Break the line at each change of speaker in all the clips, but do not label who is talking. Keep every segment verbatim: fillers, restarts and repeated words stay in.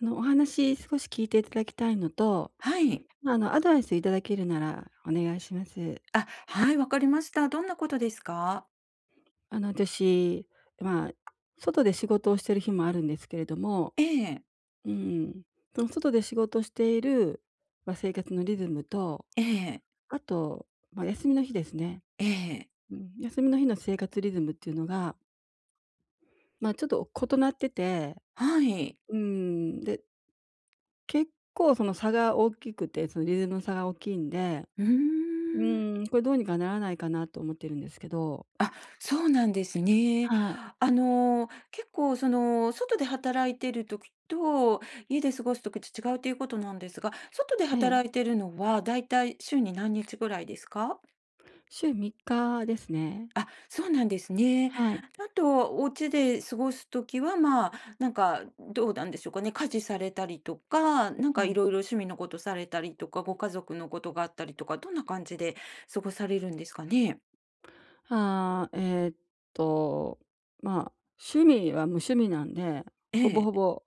あの、お話少し聞いていただきたいのと、
はい。
まあ、あの、アドバイスいただけるならお願いします。
あ、はい、わかりました。どんなことですか？
あの、私、まあ、外で仕事をしてる日もあるんですけれども、
ええ、
うん、その外で仕事をしている、まあ、生活のリズムと、
ええ、
あと、まあ、休みの日ですね。
ええ、
うん、休みの日の生活リズムっていうのが、まあ、ちょっと異なってて、
はい。
うん、で、結構その差が大きくて、そのリズムの差が大きいんで、
うー
う
ん。
ーん、これどうにかならないかなと思ってるんですけど。
あ、そうなんですね。
はい。
あの、結構その、外で働いてる時と、家で過ごす時と違うということなんですが、外で
ええ、
働いてるのはだいたい週に何日ぐらいですか？
週みっかですね。
あ、そうなんですね。
はい。
あと、お家で過ごすときは、まあ、なんか、どうなんでしょうかね、家事されたりとか、なん
う
かい
ん。
ろいろ趣味のことされたりとか、ご家族のことがあったりとか、どんな感じで過ごされるんですかね？
ああ、えーっと、まあ、趣味は無趣味なんで、
え
ほぼほ
え。
ぼ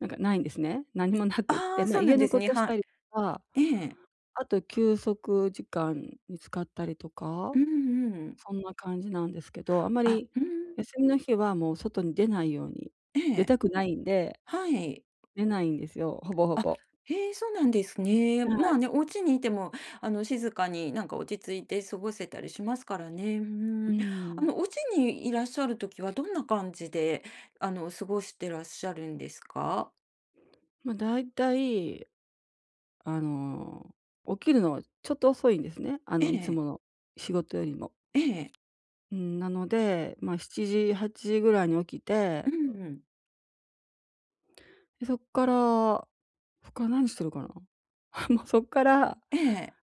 なんかないんですね。何もなくっ
あ
て、
あ、
ま
そ
あ、
うな
家
んで
の
す
こ
ね、
とし
は
たりとか、
い。ええ。
あと休息時間に使ったりとか、
うんうん。
そんな感じなんですけど、あま
あ、
り
うん。
休みの日はもう外に出ないように
え
出た
え、
くないんで、
はい。
出ないんですよ、ほぼほ
あ、
ぼ。
へえ、そうなんですね。
は
まあ
い。
ね、お家にいても、あの、静かになんか落ち着いて過ごせたりしますからね。う
う
ん。あ
ん。
の、お家にいらっしゃる時はどんな感じで、あの、過ごしてらっしゃるんですか？
まあ、だいたい、あの、起きるのはちょっと遅いんですね。あ
え
の、いつ
え、
もの仕事よりも。
ええ、
うん、なので、まあ、しちじ、はちじぐらいに起き
う
て、
んうん。
で、そっからそっから何してるかな もうそっから、
ええ、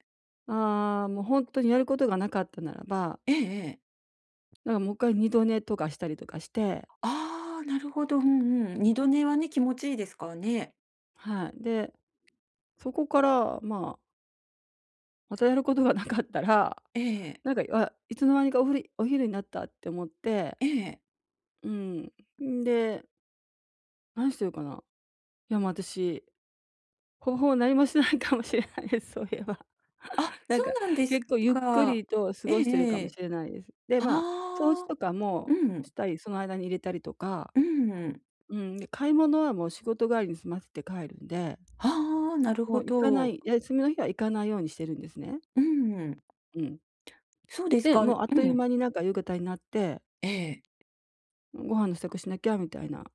ああ、もう本当にやることがなかったならば、
ええええ。
なんかもう一回二度寝とかしたりとかして、
ああ、なるほど。うんうん。二度寝はね、気持ちいいですからね。
はい。で、そこから、まあ、またやることがなかったら、
ええ、
なんか、あ、いつの間にかおふりお昼になったって思って、
ええ。
うん。んで、何してるかな。いや、もう私、ほぼ ほぼ何もしてないかもしれないです、そういえば。
あ、
なん
そ
か、
うなんです
結構ゆっく
か。
りと過
ええ
ごしてるか
え
も
え。
しれないです。で、まあ、掃除
ああ、
とか
う
も
ん、
したり、その間に入れたりとか、
うん。
うん、で、買い物はもう仕事帰りに済ませて帰るんで、
ああ、なる
も
ほ
う行かな
ど。
い休みの日は行かないようにしてるんですね。
うん、
うん。
そうです
で、
か。う
も
ん、
うあっという間になんか夕方になって、
ええ。
ご飯の支度しなきゃみたいな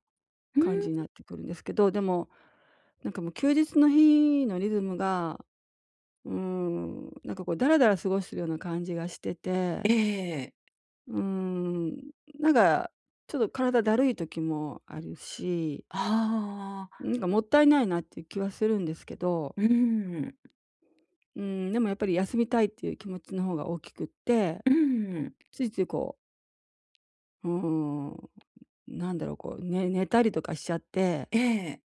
う
感じ
ん、
になってくるんですけど、でも、なんかもう休日の日のリズムが、うーん、なんかこうダラダラ過ごしてるような感じがしてて、
ええ。
うーん、なんかちょっと体だるい時もあるし、
あ
な
あ、
んかもったいないなっていう気はするんですけど、
うん、
うーん、でもやっぱり休みたいっていう気持ちの方が大きくって、
うん、
ついついこう、うーん、なんだろう、こう、ね、寝たりとかしちゃって、
ええ、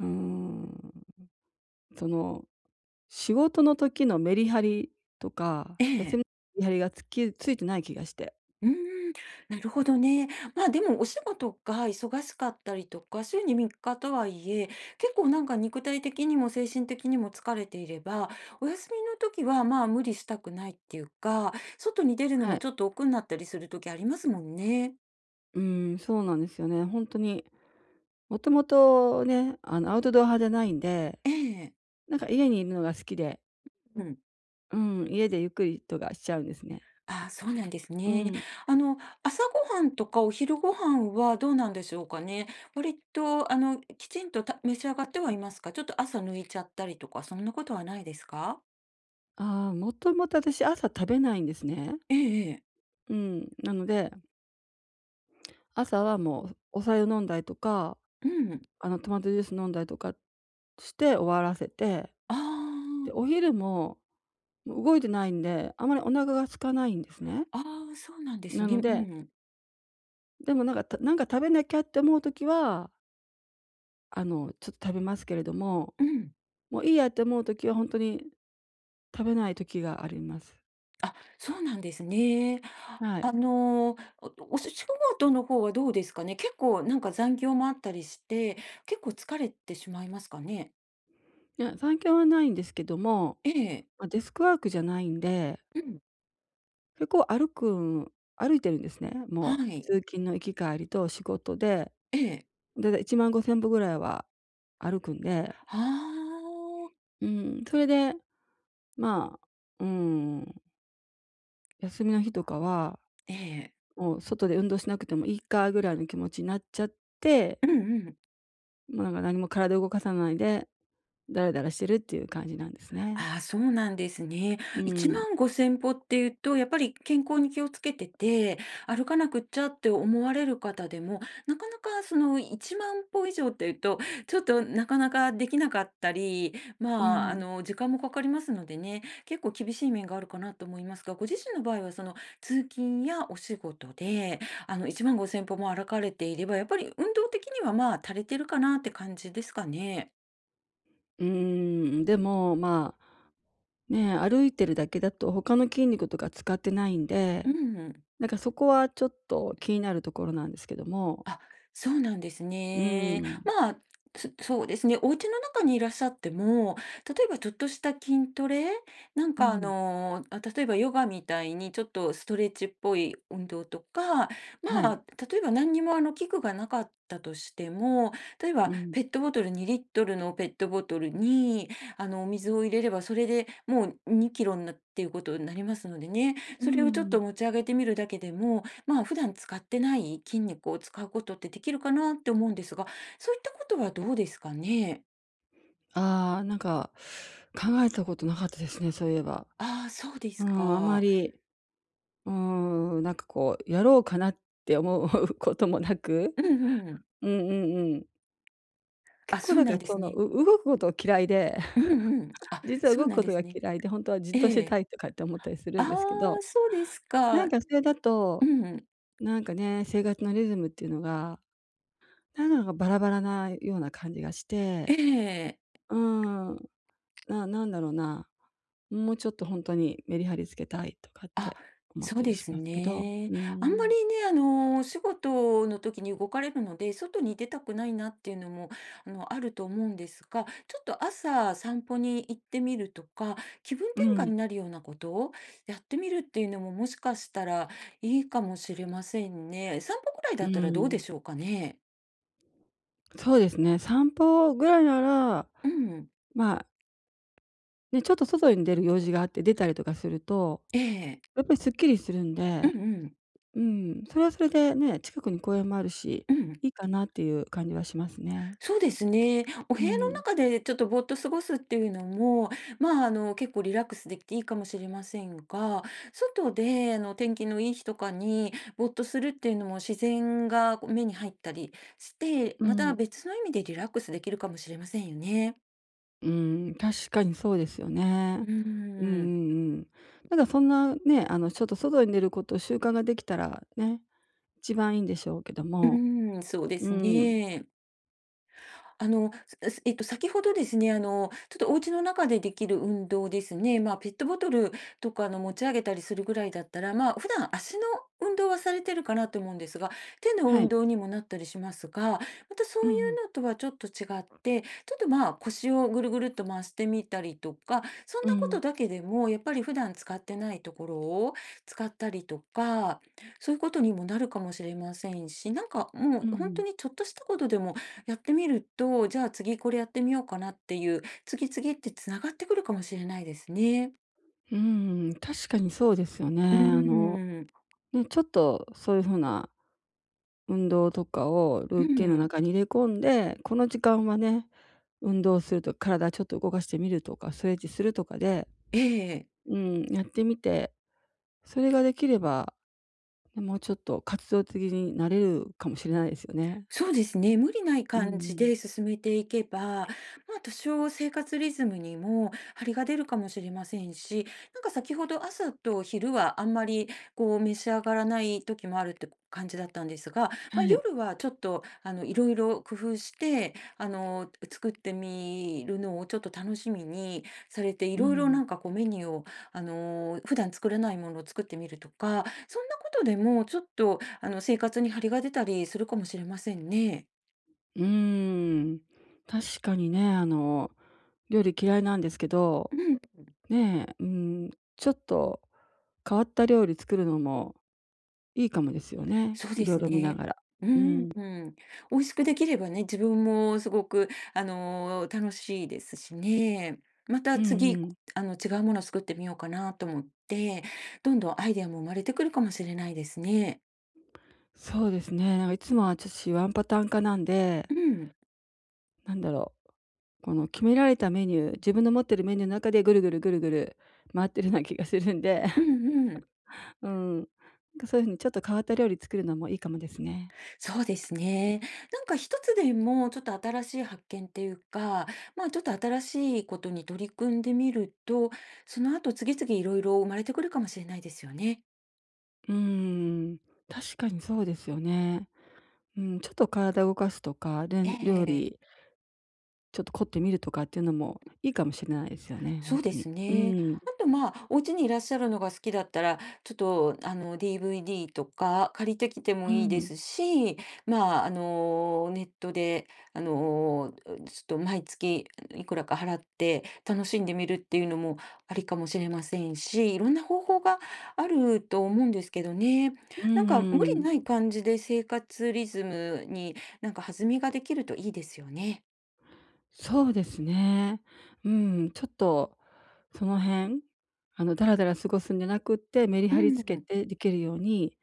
うーん、その仕事の時のメリハリとか、
え
休み
え。
のメリハリがつきついてない気がして。
うん、なるほどね。まあ、でもお仕事が忙しかったりとか、週にみっかとはいえ、結構なんか肉体的にも精神的にも疲れていれば、お休みの時はまあ、無理したくないっていうか、外に出るの
は
も
い。
ちょっと億劫になったりする時ありますもんね。
うーん、そうなんですよね。本当に、もともとね、あの、アウトドア派じゃないんで、
ええ、
なんか家にいるのが好きで、
うん。
うん、家でゆっくりとかしちゃうんですね。
ああ、そうなんです
う
ね。
ん。
あの、朝ごはんとかお昼ご飯はどうなんでしょうかね。割と、あの、きちんとた召し上がってはいますか？ちょっと朝抜いちゃったりとか、そんなことはないですか？
ああ、もともと私朝食べないんですね。
ええええ。
うん。なので、朝はもうお茶を飲んだりとか、
うん。
あの、トマトジュース飲んだりとかして終わらせて、
あ
で、お昼も、もう動いてないんで、あまりお腹が空かないんですね。
あ、ああ、そうなんです
な
ね。
の
う
で、
ん。
でもなんか、たなんか食べなきゃって思う時はあの、ちょっと食べますけれども、
うん。
もういいやって思う時は本当に食べない時があります。
あ、そうなんですね。
はい。
あのー、おお仕事の方はどうですかね？結構なんか残業もあったりして、結構疲れてしまいますかね？
いや、残業はないんですけども、
ええ。
まあ、デスクワークじゃないんで、
うん。
結構歩くん歩いてるんですね。も
は
う
い。
通勤の行き帰りと仕事で、
ええ。
だいたいせんごひゃっぽぐらいは歩くんで、
はあ。
うん、それで、まあ、うん、休みの日とかは、
ええ。
もう外で運動しなくてもいいかぐらいの気持ちになっちゃって、
うんうん
もうなんか何も体動かさないでダラダラしてるっていう感じなんですね。
ああ、そうなんですね。
う
1
ん、
5 0 0歩っていうと、やっぱり健康に気をつけてて、歩かなくっちゃって思われる方でも、なかなかそのいちまんぽ歩以上っていうと、ちょっとなかなかできなかったり、
う
まあ、あ
ん。
の、時間もかかりますのでね、結構厳しい面があるかなと思いますが、ご自身の場合はその通勤やお仕事で、あの、1 5 0 0歩も歩かれていれば、やっぱり運動的にはまあ、足りてるかなって感じですかね。
うーん、でも、まあ、ね、歩いてるだけだと他の筋肉とか使ってないん
う
で、
ん。
なんかそこはちょっと気になるところなんですけども。
あ、そうなんです
う
ね。
ん、
まあ、つそうですね、お家の中にいらっしゃっても、例えばちょっとした筋トレ、なん
う
かあ
ん。
の、あ、例えばヨガみたいにちょっとストレッチっぽい運動とか、ま
はい。
あ、例えば何にもあの器具がなかったとしても、例えば
うん。
ペットボトルにリットルのペットボトルに、あの、お水を入れればそれでもうにキロになっていうことになりますのでね、
う
それをちょっ
ん。
と持ち上げてみるだけでもまあ、普段使ってない筋肉を使うことってできるかなって思うんですが、そういったことはどうですかね？
ああ、なんか、考えたことなかったですね、そういえば。
ああ、そうで
う
す
ん、あま
か。
り、うーん、なんかこう、やろうかなって思うこともなく、
うんうん。
うんうんうん。結
あ、
構
そう
だか
なん
ら
で
そ
す
の、
ね。
う動くことが嫌いで、
うんうん。あ、
実は
そう
動く
なん
こ
で
とが
すね。
嫌いで、ほんとはじっと
え
して
え。
たいとかって思ったりす
あ
るんですけど、
あ、そうです
な
か。
ん
う
かそれだと、
ん。
なんかね、生活のリズムっていうのが、なんだかバラバラなような感じがし
え
て、
え。
うーん、ななんだろうな、もうちょっとほんとにメリハリつけたいとかっ
あ、
て思っ
そう
たり
で
し
す
ますけど、う
ね。
ー
あんま
ん、
りね、あの、お仕事の時に動かれるので、外に出たくないなっていうのも、あの、あると思うんですが、ちょっと朝散歩に行ってみるとか、気分
う
転
ん、
換になるようなことをやってみるっていうのも、もしかしたらいいかもしれませんね。散歩くらい
う
だったらどう
ん、
でしょうかね。
そうですね、散歩ぐらいなら、
うん。
まあ、ね、ちょっと外に出る用事があって出たりとかすると
ええ。
やっぱりすっきりするん
うん
で、
うん。
うん、それはそれでね、近くに公園もあるし、
うん。
いいかなっていう感じはしますね。
そうですね。お
う
部屋の
ん、
中でちょっとぼーっと過ごすっていうのも、まあ、あの、結構リラックスできていいかもしれませんが、外で、あの、天気のいい日とかにぼーっとするっていうのも自然がこう目に入ったりして、
う
また
ん、
別の意味でリラックスできるかもしれませんよね。
うん、確かにそうですよね。
う
うんう
ん。
んうん。なんかそんなね、あのちょっと外に出ること習慣ができたらね、一番いいんでしょうけど
う
も、
ん、そうで
う
す
ん、
ね。あの、すすえっと、先ほどですね、あの、ちょっとお家の中でできる運動ですね、まあ、ペットボトルとかの持ち上げたりするぐらいだったら、まあ、普段足の運動はされてるかなと思うんですが、手の
は
運
い。
動にもなったりしますが、またそ
うん
う
う
い
ん、
うのとはちょっと違って、ちょっと、まあ、腰をぐるぐるっと回してみたりとか、そん
う
なこと
ん、
だけでも、やっぱり普段使ってないところを使ったりとか、そういうことにもなるかもしれませんし、なんかも
う
う
んう
本当
ん。
にちょっとしたことでもやってみると、じゃあ次これやってみようかなっていう、次々って繋がってくるかもしれないですね。
確かにそうですよね。
う
あの、
ーん。
ね、ちょっとそういう風な運動とかを
う
ルーティンの
ん。
中に入れ込んで、この時間はね、運動するとか体ちょっと動かしてみるとか、ストレッチするとかで、
ええ。
うん、やってみて、それができれば、ね、もうちょっと活動的になれるかもしれないですよね。
そうですね、無理ない
う
感じ
ん。
で進めていけば、まあ、多少生活リズムにも張りが出るかもしれませんし、なんか先ほど朝と昼はあんまりこう召し上がらない時もあるって感じだったんですが、
は
まあ、
い。
夜はちょっとあのいろいろ工夫してあの作ってみるのをちょっと楽しみにされてい
う
ろいろ
ん。
なんかこうメニューをあの普段作らないものを作ってみるとかそんなことでも、ちょっとあの、生活に張りが出たりするかもしれませんね。
うーん。確かにね、あの、料理嫌いなんですけど、
うん、
ねえ、うん、ちょっと変わった料理作るのもいいかもですよね。
そう
い
で
ろい
す
ろ見な
ね。
がら。
う
う
ん
ん。
うんうん。美味しくできればね、自分もすごくあの、楽しいですしね。また
うんう
次、
ん。
あの、違うものを作ってみようかなと思って、どんどんアイデアも生まれてくるかもしれないですね。
そうですね。なんかいつもは私ワンパターン化なんで、
うん、
なんだろう、この決められたメニュー、自分の持ってるメニューの中でぐるぐるぐるぐる回ってるような気がするんで、
う んうん。
うん。なんかそういう風にちょっと変わった料理作るのもいいかもですね。
そうですね。なんか一つでもちょっと新しい発見っていうか、まあちょっと新しいことに取り組んでみると、その後次々いろいろ生まれてくるかもしれないですよね。
うーん、確かにそうですよね。うん、ちょっと体動かすとか、れん料
え
理
え
ちょっと凝ってみるとかっていうのもいいかもしれないですよね、
そ
本
うで
当に。
す
う
ね。
ん。
あと、まあ、お家にいらっしゃるのが好きだったら、ちょっと、あの、ディーブイディー とか借りてきて
う
もいいで
ん。
すし、まあ、あの、ネットで、あの、ちょっと毎月いくらか払って楽しんでみるっていうのもありかもしれませんし、いろんな方法があると思うんですけどね。
う
なん
ん
か、無
う
理
ん
ない感じで生活リズムになんか弾みができるといいですよね。
そうですね。うん、ちょっとその辺、あの、だらだら過ごすんじゃなくって、メリ
う
ハリつけ
ん。
てできるように、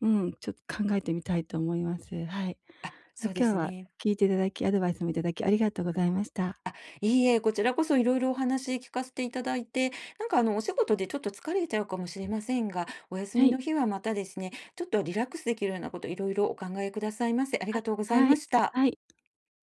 うん、ちょっと考えてみたいと思います。はい。
あ、
ま
そうで
今日
す
は
ね。
聞いていただき、アドバイスもいただきありがとうございました。
いいえ、こちらこそいろいろお話聞かせていただいて、なんかあの、お仕事でちょっと疲れちゃうかもしれませんが、お休
は
み
い。
の日はまたですね、ちょっとリラックスできるようなこといろいろお考えくださいませ。あり
あ、
がとうござい
は
ま
い。
した。
はい。